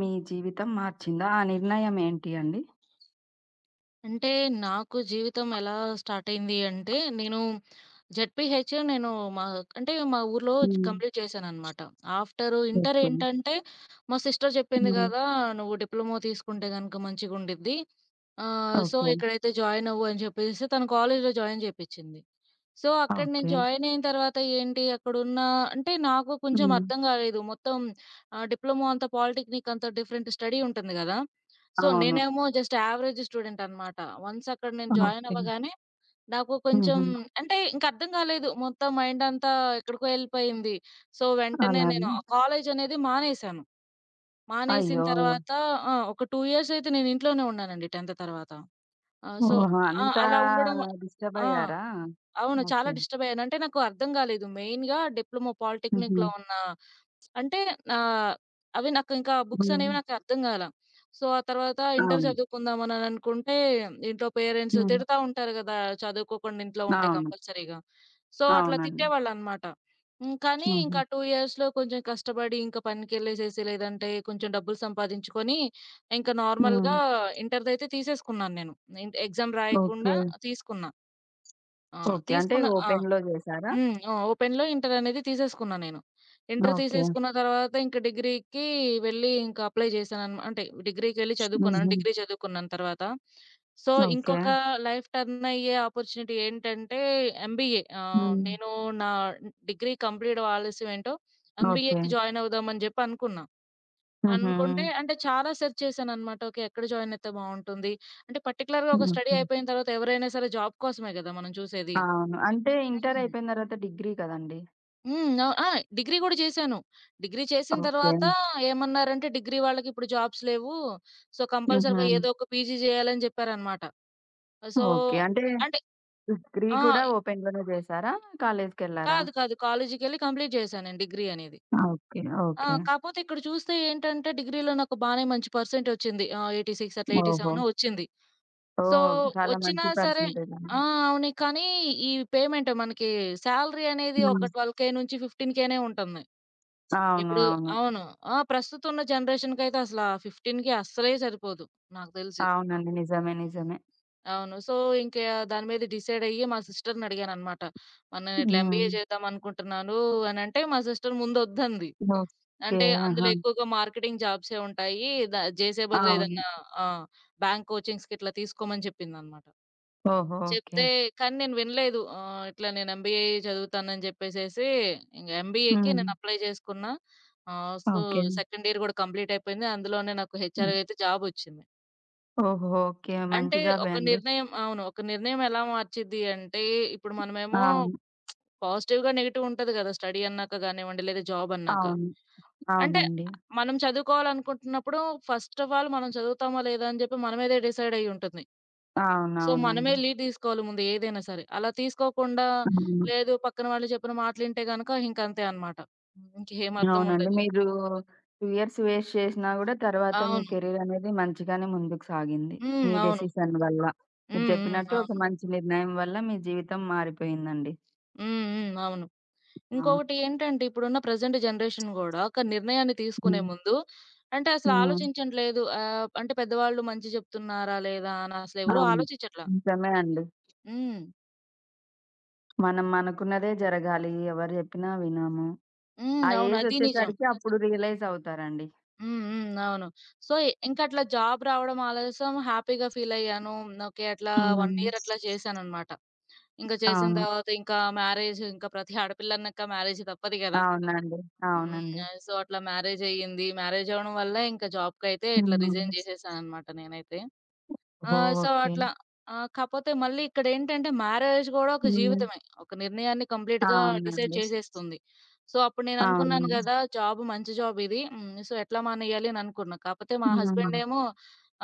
మీ జీవితం మార్చిందా? ఆ నిర్ణయం ఏంటి అండి? అంటే నాకు జీవితం ఎలా స్టార్ట్ అయింది అంటే నేను జెడ్పీహెచ్ మా మా ఊర్లో హ్మ్. కంప్లీట్ చేశాననమాట. After inter okay. ఏంటంటే మా సిస్టర్ చెప్పింది హ్మ్. కదా! "నువ్వు డిప్లొమా తీసుకుంటే గనుక మంచిగుండిద్ది. So okay. ఇక్కడైతే జాయిన్ అవ్వు" అని చెప్పేసేసి తను కాలేజ్‌లో జాయిన్ చేపిచ్చింది. సో, అక్కడ నేను ఓకే. జాయిన్ అయిన తర్వాత ఏంటి అక్కడున్న అంటే నాకు కొంచెం హ్మ్. అర్థం కాలేదు. మొత్తం డిప్లొమా అంతా పాలిటెక్నిక్ అంతా డిఫరెంట్ స్టడీ ఉంటుంది గదా! సో, అవును. నేనేమో జస్ట్ యావరేజ్ స్టూడెంట్ అనమాట. వన్స్ అక్కడ నేను జాయిన్ ఓకే. అవ్వగానే నాకు కొంచెం హుహు. అంటే ఇంక అర్థం కాలేదు. మొత్తం మైండ్ అంతా ఎక్కడికో ఎళ్ళిపోయింది. సో, వెంటనే అలాగా? నేను కాలేజ్ అనేది మానేశాను. మానేసిన అయ్యో! ఓహ్! తర్వాత ఒక 2 ఇయర్స్ అయితే నేను ఇంట్లోనే ఉన్నానండి 10th తర్వాత. ఆహ్, సో ఓహో! ఆ! అంత అలా ఉండడం. డిస్టర్బ్ ఆ! అయ్యారా? అవును. ఓకే. చాలా డిస్టర్బయ్యాను. అంటే నాకు అర్థం గాలేదు. మెయిన్‌గా డిప్లొమా పాలిటెక్నిక్‌లో హుహు. ఉన్న అంటే ఆహ్, అవి నాకు ఇంకా బుక్స్ హ్మ్. అనేవి నాకు అర్థం గాలా. సో, ఆ తర్వాత ఇంటర్ అవును. చదువుకుందాం అని అనుకుంటే ఇంట్లో పేరెంట్స్ హ్మ్. తిడతా ఉంటారు గదా! చదువుకోకుండా ఇంట్లో ఉంటే అవును. కంపల్సరీగా. సో, అట్లా అవునండి. తిట్టేవాళ్ళనమాట. కానీ హుహు. ఇంకా 2 ఇయర్స్‌లో కొంచెం కష్టపడి ఇంకా పనికెళ్ళేసేసి లేదంటే కొంచెం డబ్బులు సంపాదించుకొని ఇంకా హ్మ్. నార్మల్‌గా ఇంటర్‌దైతే తీసేసుకున్నాను నేను. ఎగ్జామ్ రాయకుండా ఓకే. తీసుకున్నా. ఆ! ఓకే. అంటే తీసుకున్న ఆ! ఓపెన్‌లో చేశారా? హ్మ్. ఆ! ఓపెన్‌లో ఇంటర్ అనేది తీసేసుకున్నా నేను. Inter okay. తీసేసుకున్న తర్వాత ఇంక డిగ్రీకి వెళ్ళి ఇంకా అప్లై అంటే డిగ్రీకెళ్ళి చదువుకున్నాను. హుహు. డిగ్రీ చదువుకున్నాను తర్వాత. So, okay. ఇంకొక లైఫ్ టర్న్ అయ్యే ఆపర్చునిటీ ఏంటంటే ఎంబీఏ. హ్మ్. నేను నా డిగ్రీ కంప్లీట్ ఆలస్యం ఏంటో ఓకే. ఎంబీఏకి జాయిన్ అవుదాం అని జెప్పి అనుకున్నా. హుహు. అనుకుంటే అంటే చాలా సెర్చ్ చేశానన్నమాట. ఓకే. ఎక్కడ జాయిన్ అయితే బావుంటుంది? అంటే పర్టిక్యులర్‌గా ఒక స్టడీ ఓకే. అయిపోయిన తర్వాత ఎవరైనా సరే జాబ్ కోసమే గదా! మనం చూసేది. అవును. అంటే ఇంటర్ అయిపోయిన తర్వాత డిగ్రీ కదండీ! హ్మ్. అవ్ ఆ! డిగ్రీ గూడా చేశాను. డిగ్రీ చేసిన ఓకే. తర్వాత ఏమన్నారంటే, "డిగ్రీ వాళ్ళకి ఇప్పుడు జాబ్స్ లేవు. సో, కంపల్సరీగా హుహు. ఏదో ఒక పీజీ జేయాలని" జెప్పారనమాట. So, okay. అంటే అంటే డిగ్రీ ఆ! కూడా ఓపెన్‌లోనే చేశారా? కాలేజ్‌కెళ్లారా? కాదు. కాదు. కాలేజీకెళ్ళి కంప్లీట్ చేశాను నేను డిగ్రీ అనేది. ఓకే. ఓకే. కాపోతే ఇక్కడ చూస్తే ఏంటంటే, డిగ్రీలో నాకు బానే మంచి పర్సెంటొచ్చింది. 86 అట్లా ఓహో! 87 వచ్చింది. సో, ఓహ్! చాలా వచ్చినా మంచి సరే పర్సెంటేజ్ అండి. ఆ! అవును. కానీ, ఈ పేమెంట్ మనకి శాలరీ అనేది ఒక హ్మ్. 12,000 నుంచి 15,000నే ఉంటుంది. అవును. ఇప్పుడు అవును. అవును. ప్రస్తుతం ఉన్న జనరేషన్‌కైతే అసల ఆ 15కి అస్సలే సరిపోదు నాకు తెలిసి. అవునండి. నిజమే. నిజమే. అవును. సో, ఇంకా దాని మీద డిసైడ్ అయ్యి మా సిస్టర్‌ని అడిగాననమాట. నేను ఇట్లా ఎంబీఏ హ్మ్. చేద్దాం అనుకుంటున్నాను" అనంటే మా సిస్టర్ ముందొద్దంది. ఓకే. అంటే అందులో ఆహా! ఎక్కువగా మార్కెటింగ్ జాబ్సే ఉంటాయి. ద చేసే బదులు అవును. ఏదన్నా ఆ! బ్యాంక్ కోచింగ్స్‌కి ఇట్లా తీసుకోమని చెప్పిందనమాట. ఓహో! ఓకే. చెప్తే కానీ నేను వినలేదు. ఇట్లా నేను ఎంబీఏ చదువుతానని జెప్పేసేసి ఇంగ ఎంబీఏకి హ్మ్. నేను అప్లై చేసుకున్నా. ఆహ్, సో, ఓకే. సెకండ్ ఇయర్ గూడా కంప్లీట్ అయిపోయింది. అందులోనే నాకు హ్మ్. హెచ్ఆర్‌గా అయితే జాబొచ్చింది. ఓహో! ఓకే. అంటే మంచి జాబే ఒక అండి. నిర్ణయం అవును. ఒక నిర్ణయం ఎలా మార్చిద్ది అంటే, ఇప్పుడు మనమేమో అవును. పాజిటివ్‌గా, నెగెటివ్ ఉంటది గదా! స్టడీ అన్నాక గానివ్వండి, లేదా జాబ్ అన్నాక. అవును. అంటే అవునండి. మనం చదువుకోవాలనుకుంటున్నప్పుడు ఫస్ట్ ఆఫ్ ఆల్ మనం చదువుతామా లేదా అని జెప్పి మన మీదే డిసైడ్ అయ్యి ఉంటుంది. సో, మనమే అవునవునండి. లీడ్ తీసుకోవాలి ముందు ఏదైనా సరే. అలా తీసుకోకుండా అవును. లేదు పక్కన వాళ్ళు చెప్పిన మాటలింటే గనక ఇంకంతే అన్నమాట. ఇంకేం అర్థం అవునండి. ఉండదు. మీరు 2 ఇయర్స్ వేస్ట్ చేసినా గూడా తర్వాత మీ అవును. కెరీర్ అనేది మంచిగానే ముందుకు సాగింది. హ్మ్. మీ అవును. డెసిషన్ వల్ల. మీరు హ్మ్. హ్మ్. చెప్పినట్టు ఒక అవును. మంచి నిర్ణయం వల్ల మీ జీవితం మారిపోయిందండి. హ్మ్. హ్మ్. అవును. ఇంకొకటి అవును. ఏంటంటే ఇప్పుడున్న ప్రెజెంట్ జనరేషన్ గూడా ఒక నిర్ణయాన్ని తీసుకునే హ్మ్. ముందు అంటే అసలు హ్మ్. ఆలోచించట్లేదు. అంటే పెద్దవాళ్ళు మంచి చెప్తున్నారా లేదా అని అసలెవరు అవును. ఆలోచించట్లా. నిజమే అండి. హ్మ్. మనం అనుకున్నదే జరగాలి. ఎవరు జెప్పినా వినము. ఆ హ్మ్. అవును. ఏజ్ అది నిజం. ఒచ్చేసరికి అప్పుడు రియలైజ్ అవుతారండి. హ్మ్. హ్మ్. అవును. సో, ఇంక అట్లా జాబ్ రావడం ఆలస్యం హ్యాపీగా ఫీల్ అయ్యాను. ఓకే. అట్లా 1 హ్మ్. ఇయర్ అట్లా చేశాననమాట. ఇంక చేసిన అవును. తర్వాత ఇంకా మ్యారేజ్ ఇంకా ప్రతి ఆడపిల్లన్నాక మ్యారేజ్ తప్పదు గదా! అవునండి. హ్మ్. అవునండి. సో, అట్లా మ్యారేజ్ అయ్యింది. మ్యారేజ్ అవ్వడం వల్ల ఇంకా జాబ్‌కైతే ఇట్లా హ్మ్. రిజైన్ చేసేసాననమాట నేనైతే. ఆ! ఓహ్! So, okay. అట్లా. కాపోతే మళ్ళీ ఇక్కడేంటంటే మ్యారేజ్ గూడా ఒక హ్మ్. జీవితమే. ఒక నిర్ణయాన్ని కంప్లీట్‌గా డిసైడ్ అవునండి. చేసేస్తుంది. సో, అప్పుడు నేననుకున్నాను అవును. గదా! జాబ్ మంచి జాబ్ ఇది. హ్మ్. సో, ఎట్లా మానేయాలి అని అనుకున్నా. కాపోతే మా హ్మ్. హస్బెండేమో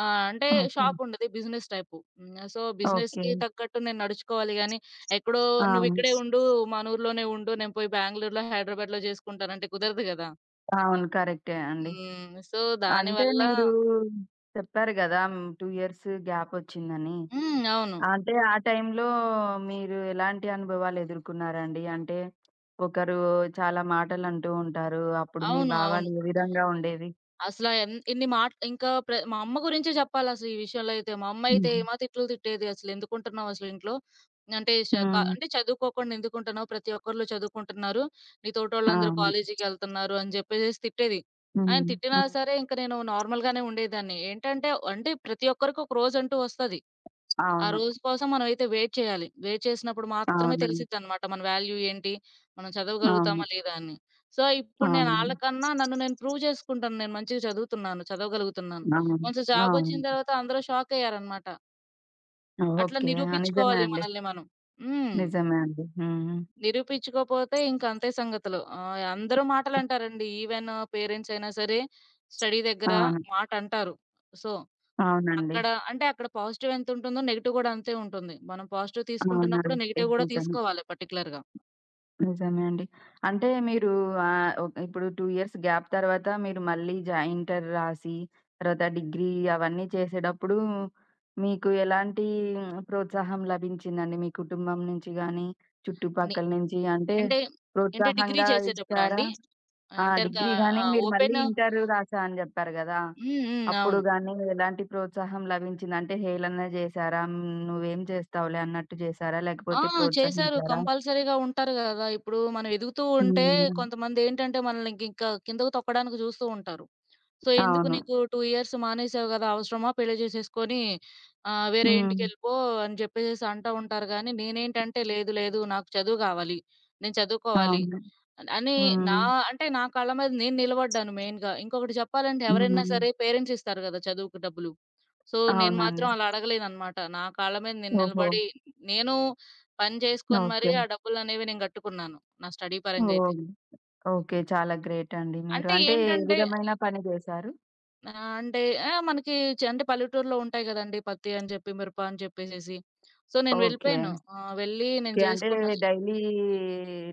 ఆహ్, అంటే ఓకే. షాప్ ఉండేది బిజినెస్ టైపు. హ్మ్. So, okay. బిజినెస్‌కి తగ్గట్టు నేను నడుచుకోవాలి గానీ, ఎక్కడో ఆ! "నువ్విక్కడే స్ ఉండు, మన ఊర్లోనే ఉండు. నేను పోయి బెంగుళూరులో, హైదరాబాద్‌లో జేసుకుంటాను" అంటే కుదరదు గదా! అవును. కరెక్టే అండి. హ్మ్. సో, అంటే దానివల్ల మీరు చెప్పారు గదా! హ్మ్. 2 ఇయర్స్ గ్యాపొచ్చిందని. హ్మ్. అవును. అంటే ఆ టైంలో మీరు ఎలాంటి అనుభవాలు ఎదుర్కొన్నారండి? అంటే ఒకరు చాలా మాటలంటూ ఉంటారు. అప్పుడు మీ అవును. అవును. భావాలు ఏ విధంగా ఉండేవి? అసల ఎన్ ఎన్ని మాట్ ఇంకా ప్ర మా అమ్మ గురించే జెప్పాలసలు ఈ విషయంలో అయితే. మా అమ్మయితే హ్మ్. ఏమా తిట్లు తిట్టేది. "అసలెందుకుంటున్నావు అసలు ఇంట్లో? అంటే ష క హ్మ్. అంటే చదువుకోకుండా ఎందుకుంటున్నావు? ప్రతి ఒక్కళ్ళు చదువుకుంటున్నారు. నీ తోటోళ్ళందరూ అవును. కాలేజీకెళ్తున్నారు" అని జెప్పేసేసి తిట్టేది. ఆయన హ్మ్. తిట్టినా హ్మ్. సరే ఇంక నేను నార్మల్‌గానే ఉండేదాన్ని. ఏంటంటే అంటే ప్రతి ఒక్కరికి ఒక రోజంటూ వస్తది. ఆ అవును. రోజు కోసం మనమైతే వెయిట్ చేయాలి. వెయిట్ చేసినప్పుడు మాత్రమే అవునండి. తెలిసిద్దనమాట. మన వాల్యూ ఏంటి? మనం చదవగలుగుతామా? అవును. లేదా? అని. సో, ఇప్పుడు నేను అవునండి. ఆళ్ళకన్నా నన్ను నేను ప్రూవ్ చేసుకుంటాను. నేను మంచిగా చదువుతున్నాను. చదవగలుగుతున్నాను. అవును. వన్స్ జాబొచ్చిన అవును. తర్వాత అందరూ షాకయ్యారనమాట. అట్లా ఓకే. ఆ! నిజమే నిరూపించుకోవాలి అండి. మనల్ని మనం. హ్మ్. నిజమే అండి. హ్మ్. నిరూపించుకోపోతే ఇంక అంతే సంగతులు. అందరూ మాటలంటారండి. ఈవెన్ పేరెంట్స్ అయినా సరే స్టడీ దగ్గర అవును. మాటంటారు. సో అవునండి. అక్కడ అంటే అక్కడ పాజిటివ్ ఎంతుంటుందో నెగెటివ్ గూడా అంతే ఉంటుంది. మనం పాజిటివ్ తీసుకుంటున్నప్పుడు అవునండి. నెగెటివ్ గూడా నిజమే. తీసుకోవాలి పర్టిక్యులర్‌గా. నిజమే అండి. అంటే మీరు ఆహ్, ఒ ఇప్పుడు 2 ఇయర్స్ గ్యాప్ తర్వాత మీరు మళ్ళీ జా ఇంటర్ రాసి, తర్వాత డిగ్రీ అవన్నీ చేసేటప్పుడు మీకు ఎలాంటి ప్రోత్సాహం లభించిందండి? మీ కుటుంబం నుంచి గాని, ని చుట్టుపక్కల నుంచి అంటే అంటే అంటే డిగ్రీ ప్రోత్సాహంగా చేసేటప్పుడా ఇచ్చారా? అండి? ఆ! ఇంటర్ కా డిగ్రీ గానీ ఆ! మీరు మళ్ళీ ఓపెన్ ఇంటరు రాశా అని జెప్పారు గదా! హ్మ్. హ్మ్. అప్పుడు అవును. గానీ ఎలాంటి ప్రోత్సాహం లభించింది? అంటే హేళన జేశారా? హ్మ్. నువ్వేం చేస్తావులే అన్నట్టు జేశారా? ఆ! లేకపోతే చేశారు. ప్రోత్సహించారా? కంపల్సరీగా ఉంటారు గదా! ఇప్పుడు మనం ఎదుగుతూ ఉంటే హ్మ్. కొంతమందేంటంటే మనల్ని గింకా కిందకు తొక్కడానికి జూస్తూ ఉంటారు. సో, ఎందుకు అవును. నీకు 2 ఇయర్స్ మానేసావు గదా! అవసరమా పెళ్లి జేసేసుకొని వేరే హ్మ్. ఇంటికెళ్ళిపో అని జెప్పేసేసి అంటా ఉంటారు గానీ నేనేంటంటే లేదు లేదు నాకు చదువు గావాలి. నేను చదువుకోవాలి. అవును. అని నా హ్మ్. నా కాళ్ళ మీద నేను నిలబడ్డాను మెయిన్‌గా. ఇంకొకటి చెప్పాలంటే ఎవరైనా హ్మ్. సరే పేరెంట్స్ ఇస్తారు గదా! చదువుకు డబ్బులు. సో, నేను అవునండి. మాత్రం అలా అడగలేదనమాట. నా కాళ్ళ మీద నేను ఓహో! నిలబడి నేను పని చేసుకొని మరీ ఓకే. ఆ డబ్బులనేవి నేను గట్టుకున్నాను. నా స్టడీ పరంగా అయితే. ఓహ్! ఓకే. చాలా గ్రేట్ అండి మీరు. అంటే అంటే ఏ ఏంటంటే విధమైన పని జేశారు? ఆహ్, అంటే ఆ! మనకి అంటే పల్లెటూరులో ఉంటాయి గదండీ! పత్తి అని చెప్పి, మిరప అని చెప్పేసేసి. సో, నేను ఓకే. వెళ్ళిపోయాను. వెళ్ళి నేను ఓకే. అంటే చేసుకున్న డైలీ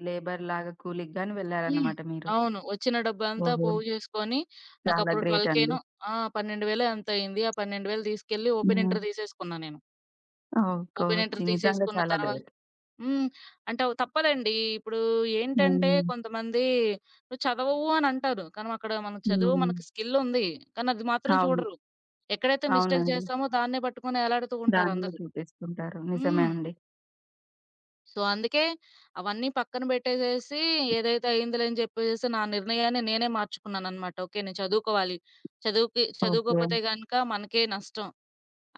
లేబర్‌లాగా కూలికి గాని హ్మ్. వెళ్లారన్నమాట మీరు. అవును. వచ్చిన డబ్బంతా ఓహో! పోగు జేసుకొని, చాలా నాకప్పుడు గ్రేట్ అండి. 12,000నో 12,000 ఎంతో అయింది. ఆ 12,000 తీసుకెళ్ళి ఓపెన్ హ్మ్. ఇంటర్ తీసేసుకున్నా నేను. ఓహ్! ఓపెన్ ఇంటర్ నిజంగా తీసేసుకున్న చాలా తర్వా గ్రేట్. హ్మ్. అంటే అవి తప్పదండి. ఇప్పుడు ఏంటంటే హ్మ్. కొంతమంది "నువ్వు చదవవు" అని అంటారు. కానీ అక్కడ హ్మ్. మనకు స్కిల్ ఉంది. కానీ అది మాత్రం అవును. చూడరు. ఎక్కడైతే మిస్టేక్ అవునండి. జేస్తామో దాన్నే పట్టుకొని ఎలాడుతూ దానిలో ఉంటారందరూ. చూపిస్తుంటారు. నిజమే హ్మ్. అండి. సో, అందుకే అవన్నీ పక్కన పెట్టేసేసి ఏదైతే అయిందిలే అని చెప్పేసేసి నా నిర్ణయాన్ని నేనే మార్చుకున్నాననమాట. ఓకే. నేను చదువుకోవాలి. ఓకే. చదువుకోకపోతే గనక మనకే నష్టం.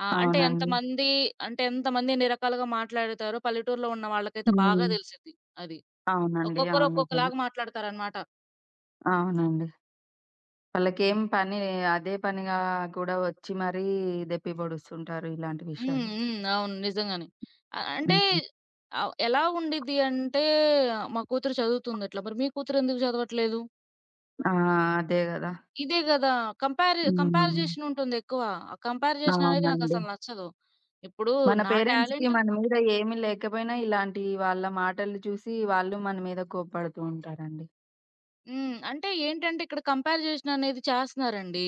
అంటే అవునండి. ఎంతమంది అంటే ఎంతమంది ఎన్ని రకాలుగా మాట్లాడతారో పల్లెటూరులో ఉన్న వాళ్ళకైతే హ్మ్. బాగా తెలిసిద్ది అది. అవునండి. ఒక్కొక్కరు అవును. నిజమే. ఒక్కొక్కలాగా మాట్లాడతారనమాట. అవునండి. హ్మ్. వాళ్ళకేం పని అదే పనిగా కూడా వచ్చి మరీ దెప్పిపొడుస్తుంటారు ఇలాంటి హ్మ్. విషయాలు. హ్మ్. అవును. నిజంగానే. అ అంటే హ్మ్. ఎలా ఉండిద్ది అంటే మా కూతురు చదువుతుంది అట్లా. మరి మీ కూతురు ఎందుకు చదవట్లేదు? ఆ! అదే గదా! ఇదే గదా! కంపేర్ కంపేర్ హ్మ్. జేషన్ ఉంటుందెక్కువ. ఆ కంపేర్ జేషన్ అనేది అవునండి. నాకసలు నచ్చదు. ఇప్పుడు మన నా పేరెంట్స్‌కి టాలెంట్ మన మీద ఏమి లేకపోయినా ఇలాంటి వాళ్ళ మాటలు చూసి వాళ్ళు మన మీద కోప్పడుతూ ఉంటారండి. హ్మ్. అంటే ఏంటంటే ఇక్కడ కంపేర్ జేషన్ అనేది చేస్తన్నారండి.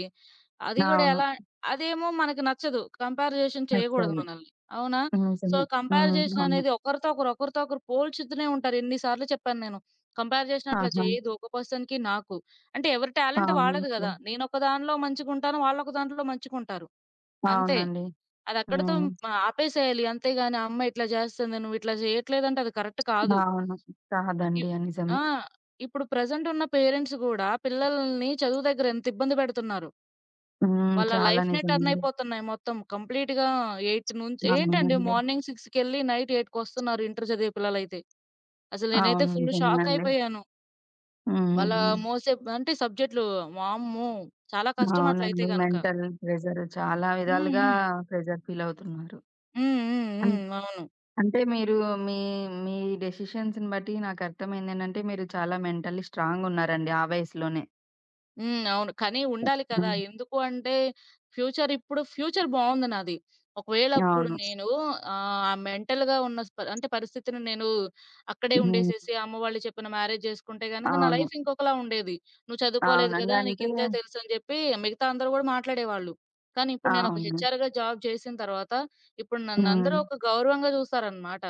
అది గూడా అవును. ఎలా అదేమో మనకు నచ్చదు. కంపేర్ జేషన్ చేయగూడదు నచ్చదు. మనల్ని. అవునా? హ్మ్. సో, నిజమే. కంపేర్ హ్మ్. జేషన్ అవును. అనేది ఒకరితో ఒకరు పోల్చుతూనే ఉంటారు. ఎన్ని సార్లు చెప్పాను నేను. కంపేర్ జేషన్ అట్లా ఆహా! చేయదు. ఒక పర్సన్‌కి నాకు. అంటే ఎవరి టాలెంట్ అవును. వాళ్ళది ఓకే. గదా! నేనొక దానిలో మంచిగుంటాను. వాళ్ళొక దాంట్లో మంచిగుంటారు. అంతే. అవునండి. అదక్కడితో హ్మ్. ఆపేసేయాలి. అంతేగాని ఆ అమ్మాయి ఇట్లా జేస్తుంది, నువ్విట్లా జేయట్లేదంటే అది కరెక్ట్ కాదు. అవును. ఇ కాదండి. ఆ! నిజమే. ఆ! ఇప్పుడు ప్రెజెంట్ ఉన్న పేరెంట్స్ గూడా పిల్లల్ని చదువు దగ్గర ఎంత ఇబ్బంది పెడుతున్నారు. హ్మ్. వాళ్ళ చాలా లైఫ్‌నే టర్న్ నిజమండి. అయిపోతున్నాయి మొత్తం. కంప్లీట్‌గా 8 నుంచి ఏంటండి అవునండి. మార్నింగ్ 6కెళ్ళి నైట్ 8కొస్తున్నారు ఇంటర్ చదివే పిల్లలైతే. అసలు నేనైతే అవును. ఫుల్ నిజమే షాక్ అండి. అయిపోయాను. హ్మ్. వాళ్ళ హ్మ్. మోసే అంటే సబ్జెక్ట్‌లు వామ్మో! చాలా కష్టం అట్లయితే అవునండి. గనక. మెంటల్ ప్రెషర్ చాలా హ్మ్. విధాలుగా హ్మ్. ప్రెషర్ ఫీల్ అవుతున్నారు. హ్మ్. హ్మ్. అన్ హ్మ్. అవును. అంటే మీరు మీ మీ డెసిషన్స్‌ని బట్టి నాకర్థమైందేంటంటే మీరు చాలా మెంటల్లీ స్ట్రాంగ్ ఉన్నారండి ఆ వయసులోనే. హ్మ్. అవును. కానీ ఉండాలి కదా! హ్మ్. ఎందుకు అంటే ఫ్యూచర్ బావుంది నాది. ఒకవేళ అప్పుడు అవును. నేను మెంటల్‌గా ఉన్న అంటే పరిస్థితిని నేను అక్కడే హ్మ్. ఉండేసేసి అమ్మ వాళ్ళు చెప్పిన మ్యారేజ్ చేసుకుంటే గనుక నా అవును. లైఫ్ ఇంకొకలా ఉండేది. "నువ్వు చదువుకోలేదు అవునండి. కదా! అంటే నీకింతే తెలుసు" అని చెప్పి మిగతా అందరూ గూడా మాట్లాడేవాళ్ళు. కానీ ఇప్పుడు నేనొక అవును. హెచ్ఆర్‌గా జాబ్ చేసిన తర్వాత ఇప్పుడు నన్నందరూ హ్మ్. ఒక గౌరవంగా చూస్తారనమాట.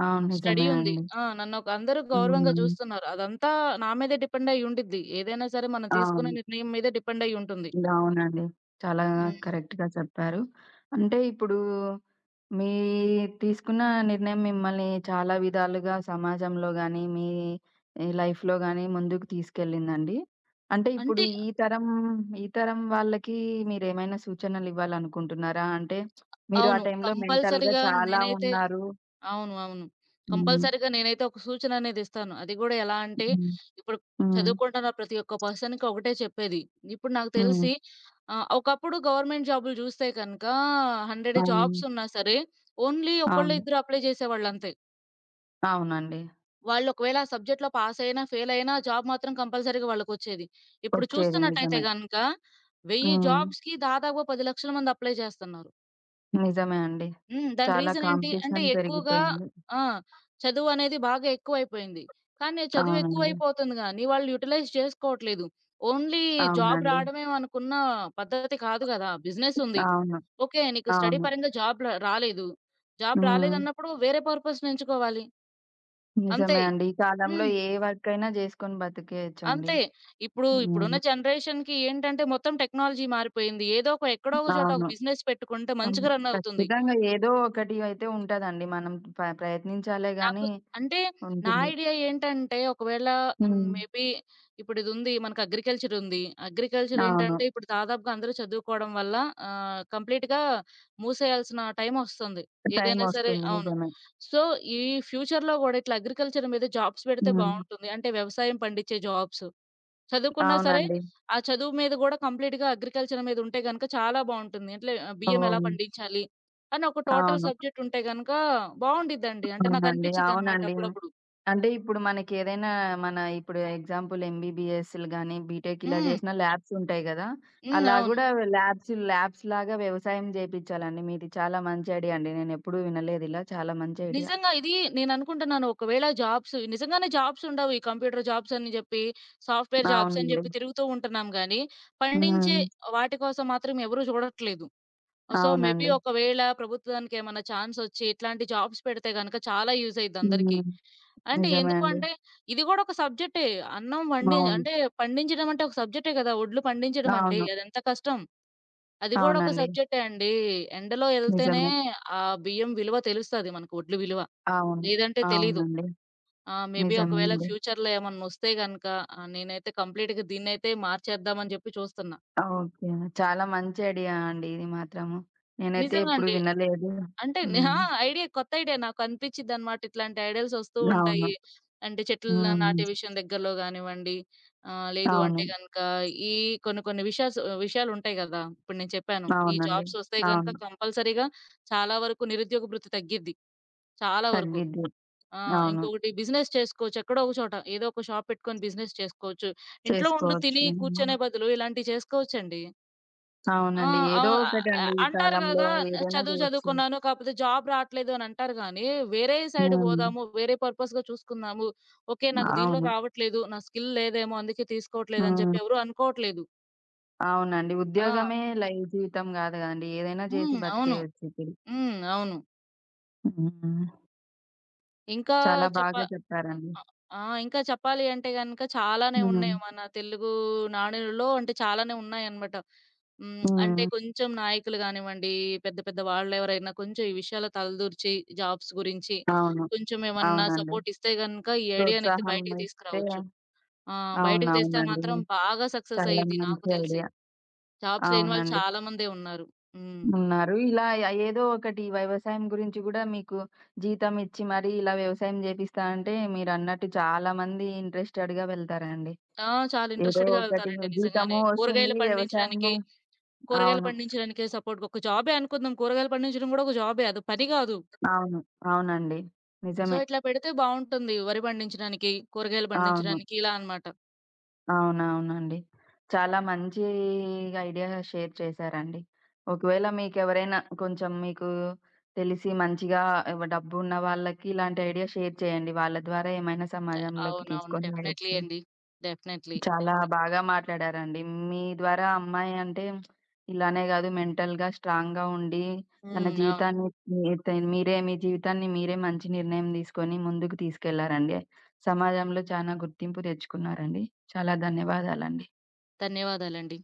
అవును. స్టడీ నిజమే ఉంది. అండి. నన్నొక అందరూ గౌరవంగా హ్మ్. చూస్తున్నారు. అదంతా నా మీదే డిపెండ్ అయ్యి ఉండిద్ది. ఏదైనా సరే మనం తీసుకునే అవును. నిర్ణయం మీదే డిపెండ్ అయ్యి ఉంటుంది. అవునండి. చాలా హ్మ్. కరెక్ట్‌గా చెప్పారు. అంటే ఇప్పుడు మీ తీసుకున్న నిర్ణయం మిమ్మల్ని చాలా విధాలుగా సమాజంలో గాని, మీ ఈ లైఫ్‌లో గాని ముందుకు తీసుకెళ్ళిందండి. అంటే ఇప్పుడు అంటే ఈ తరం వాళ్ళకి మీరేమైనా సూచనలివ్వాలనుకుంటున్నారా? అంటే మీరు ఆ అవును. టైంలో మెంటల్‌గా కంపల్సరీగా చాలా నేనైతే ఉన్నారు. అవును. అవును. హ్మ్. కంపల్సరీగా నేనైతే ఒక సూచన అనేది ఇస్తాను. అది గూడా ఎలా అంటే, హ్మ్. ఇప్పుడు హ్మ్. చదువుకుంటున్న ప్రతి ఒక్క పర్సన్‌కి ఒకటే చెప్పేది. ఇప్పుడు నాకు హ్మ్. తెలిసి ఒకప్పుడు గవర్నమెంట్ జాబులు చూస్తే కనుక 100 అవును. జాబ్స్ ఉన్నా సరే, ఓన్లీ ఒకళ్ళో అవును. ఇద్దరు అప్లై చేసేవాళ్ళంతే. అవునండి. వాళ్ళు ఒకవేళ ఆ సబ్జెక్ట్‌లో పాస్ అయినా, ఫెయిల్ అయినా జాబ్ మాత్రం కంపల్సరీగా వాళ్ళకొచ్చేది. ఇప్పుడు వచ్చేది చూస్తున్నట్టయితే నిజమే. గనక 1000 హ్మ్. జాబ్స్‌కి దాదాపుగా 10,00,000 మంది అప్లై చేస్తున్నారు. నిజమే అండి. హ్మ్. దాని చాలా రీజన్ ఏంటి అంటే కాంపిటీషన్ ఎక్కువగా పెరిగిపోయింది. ఆ! చదువు అనేది బాగా ఎక్కువైపోయింది. కానీ ఆ చదువు అవునండి. ఎక్కువైపోతుంది గానీ వాళ్ళు యుటిలైజ్ చేసుకోవట్లేదు. ఓన్లీ జాబ్ అవునండి. రావడమే మనకున్న పద్ధతి కాదు గదా! బిజినెస్ ఉంది. అవును. ఓకే. నీకు స్టడీ అవును. పరంగా జాబ్ రాలేదు. జాబ్ హ్మ్. రాలేదన్నప్పుడు వేరే పర్పస్‌ని ఎంచుకోవాలి. అంతే. నిజమే అండి. ఈ కాలంలో హ్మ్. ఏ వర్క్ అయినా చేసుకొని బతికేయొచ్చండి. అంతే. ఇప్పుడున్న హ్మ్. జనరేషన్‌కి ఏంటంటే మొత్తం టెక్నాలజీ మారిపోయింది. ఏదో ఒక ఎక్కడో ఒక చోట ఒక అవును. బిజినెస్ పెట్టుకుంటే హ్మ్. మంచిగా రన్ అవుతుంది. ఖచ్చితంగా ఏదో ఒకటి అయితే ఉంటదండి. మనం ప్రయత్నించాలే నాకు గాని అంటే నా ఉంటుంది. ఐడియా ఏంటంటే ఒకవేళ హ్మ్, హ్మ్. మేబీ ఇప్పుడు ఇదుంది మనకు అగ్రికల్చర్ ఉంది. అగ్రికల్చర్ అవును. ఏంటంటే ఇప్పుడు దాదాపుగా అందరూ చదువుకోవడం వల్ల కంప్లీట్‌గా మూసేయాల్సిన టైం ఒస్తుంది. ఏదైనా సరే టైమొస్తుంది. అవును. నిజమే. సో, ఈ ఫ్యూచర్‌లో గూడా ఇట్లా అగ్రికల్చర్ మీద జాబ్స్ పెడితే హ్మ్. బావుంటుంది. అంటే వ్యవసాయం పండించే జాబ్స్. చదువుకున్నా సరే, అవునండి. ఆ చదువు మీద గూడా కంప్లీట్‌గా అగ్రికల్చర్ మీద ఉంటే గనక చాలా బావుంటుంది. అంటే ఆ, బియ్యం ఎలా ఓహ్! పండించాలి, అని ఒక టోటల్ అవును. సబ్జెక్ట్ ఉంటే గనక బావుండిద్దండి. అంటే అవునండి. నాకనిపిచ్చిద్దనమాట అవునండి. అప్పుడప్పుడు. అంటే ఇప్పుడు మనకేదైనా మన ఇప్పుడు ఎగ్జాంపుల్ ఎంబీబీఎస్‌లు గాని, బీటెక్ ఇలా హ్మ్. చేసిన ల్యాబ్స్ ఉంటాయి గదా! హ్మ్. అలా అవును. గూడా ల్యాబ్స్ లాగా వ్యవసాయం జేపిచ్చాలండి. మీది చాలా మంచి ఐడియా అండి. నేనెప్పుడూ వినలేదు ఇలా. చాలా మంచి ఐడియా. నిజంగా ఇది నేననుకుంటున్నాను ఒకవేళ జాబ్స్ ఉండవు. ఈ కంప్యూటర్ జాబ్స్ అని జెప్పి, సాఫ్ట్‌వేర్ జాబ్స్ అని అవునండి. జెప్పి తిరుగుతూ ఉంటున్నాం గానీ, పండించే హ్మ్. వాటి కోసం మాత్రం ఎవరు జూడట్లేదు. సో, మేబీ అవునండి. ఒకవేళ ప్రభుత్వానికేమన్నా ఛాన్స్ ఒచ్చి ఇట్లాంటి జాబ్స్ పెడితే గనక చాలా యూజ్ అయ్యిద్ది అందరికి. హ్మ్. అంటే నిజమే ఎందుకు అండి. అంటే, ఇది గూడా ఒక సబ్జెక్టే. అన్నం వండి అవును. అంటే పండించడం అంటే ఒక సబ్జెక్టే గదా! ఒడ్లు పండించడం అంటే అవును. అదెంత కష్టం. అది గూడా ఒక అవునండి. సబ్జెక్టే అండి. ఎండలో ఎళ్తేనే నిజమే. ఆ బియ్యం విలువ తెలుస్తది మనకు ఒడ్లు విలువ. అవును. లేదంటే తెలీదు. అవునండి. మేబీ నిజమే ఒకవేళ అండి. ఫ్యూచర్‌లో ఏమన్నొస్తే గనక నేనైతే కంప్లీట్‌గా దీన్నైతే మార్చేద్దామని జెప్పి చూస్తున్నా. ఓకే. చాలా మంచి ఐడియా అండి ఇది మాత్రము. నేనైతే నిజంగా ఎప్పుడు అండి. వినలేదు. అంటే హ్మ్. నెహా! కొత్త ఐడియా నాకు అనిపిచ్చిద్దనమాట. ఇట్లాంటి ఐడియా‌ల్స్ ఒస్తూ అవును. ఉంటాయి. అంటే చెట్లు నాటే హ్మ్. విషయం దగ్గరలో గానివ్వండి, లేదు అవును. అంటే గనక ఈ కొన్ని కొన్ని విషయాలుంటాయి గదా! ఇప్పుడు నేను చెప్పాను. ఈ అవునండి. జాబ్స్ ఒస్తే గనక అవును. కంపల్సరీగా చాలా వరకు నిరుద్యోగ భృతి తగ్గిద్ది. చాలా వరకు. తగ్గిద్ది. ఆ! అవును. ఇంకొకటి బిజినెస్ చేసుకోవచ్చు. ఎక్కడో ఒక చోట. ఏదో ఒక షాప్ పెట్టుకొని బిజినెస్ చేసుకోవచ్చు. ఇంట్లో ఉంటూ చేసుకోవచ్చు. తిని హ్మ్. కూర్చునే బదులు ఇలాంటివి చేసుకోవచ్చండి. ఆ! అవునండి. అవ్ ఏదో ఆహ్, ఆహ్, ఒకటండి ఈ అంటారు కాలంలో గదా! ఏదైనా చదువు జేయొచ్చు. చదువుకున్నాను. కాపోతే జాబ్ రాట్లేదు అని అంటారు గానీ, వేరే సైడ్ హ్మ్. బోదాము, వేరే పర్పస్‌గా చూసుకుందాము. ఓకే. నాకు దీనిలో అవును. రావట్లేదు. నా స్కిల్ లేదేమో అందుకే తీసుకోవట్లేదు అని హ్మ్. జెప్పి ఎవరు అనుకోవట్లేదు. అవునండి. ఆ! ఉద్యోగమే లైవ్ జీవితం గాదు గదండీ. ఏదైనా చేసి హ్మ్. అవును. బతికేయొచ్చు ఇప్పుడు. హ్మ్. అవును. హ్మ్. ఇంకా చాలా చెప్ప బాగా చెప్పారండి. అ ఆ! ఇంకా చెప్పాలి అంటే గనక చాలానే హ్మ్. ఉన్నాయి. మన తెలుగు నానులలో అంటే చాలానే ఉన్నాయన్నమాట. హ్మ్. అంటే హ్మ్. కొంచెం నాయకులు గానివ్వండి, పెద్ద పెద్ద వాళ్ళెవరైనా కొంచెం ఈ విషయాల్లో తలదూర్చి జాబ్స్ గురించి అవును. కొంచెం ఏమన్నా అవునండి. సపోర్ట్ ఇస్తే గనక ఈ ఐడియానైతే ప్రోత్సాహం బయటికి ఇస్తే తీసుకురావచ్చు. ఆ! బయటకి తెస్తే అవునవునండి. మాత్రం బాగా సక్సెస్ చాలా అయ్యిద్ది నాకు మంచి తెలిసి. ఐడియా. జాబ్స్ లేని వాళ్ళు అవునండి. చాలా మందే ఉన్నారు. హ్మ్. ఉన్నారు. ఇలా ఏదో ఒకటి వ్యవసాయం గురించి గూడా మీకు జీతం ఇచ్చి మరీ ఇలా వ్యవసాయం జేపిస్తా అంటే మీరన్నట్టు చాలా మంది ఇంట్రెస్టెడ్‌గా వెళ్తారండి. ఆ! చాలా ఏదో ఇంట్రెస్టెడ్‌గా ఒకటి వెళ్తారండి నిజంగానే. జీతము కూరగాయలు వస్తుంది. పండించడానికి వ్యవసాయము కూరగాయలు అవును. పండించడానికే సపోర్ట్‌గా ఒక జాబే అనుకుందాం. కూరగాయలు పండించడం గూడా ఒక జాబే. అది పని గాదు. అవును. అవునండి. సో, నిజమే. ఇట్లా పెడితే బావుంటుంది. వరి పండించడానికి, కూరగాయలు అవును. పండించడానికి ఇలా అనమాట. అవునవునండి. చాలా మంచి ఐడియా షేర్ చేశారండి. ఒకవేళ మీకెవరైనా కొంచెం మీకు తెలిసి మంచిగా డబ్బున్న వాళ్ళకి ఇలాంటి ఐడియా షేర్ చేయండి. వాళ్ళ ద్వారా ఏమైనా సమాజంలోకి అవునవును. తీసుకొని డెఫినైట్‌లీ రావచ్చు. అండి. డెఫినైట్‌లీ. చాలా బాగా మాట్లాడారండి. మీ ద్వారా అమ్మాయి అంటే ఇలానే గాదు మెంటల్‌గా స్ట్రాంగ్‌గా ఉండి తన హ్మ్. అవును. జీవితాన్ని మీతై మీరే మీ జీవితాన్ని మీరే మంచి నిర్ణయం తీసుకొని ముందుకు తీసుకెళ్లారండి. సమాజంలో చానా గుర్తింపు తెచ్చుకున్నారండి. చాలా ధన్యవాదాలండి. ధన్యవాదాలండి.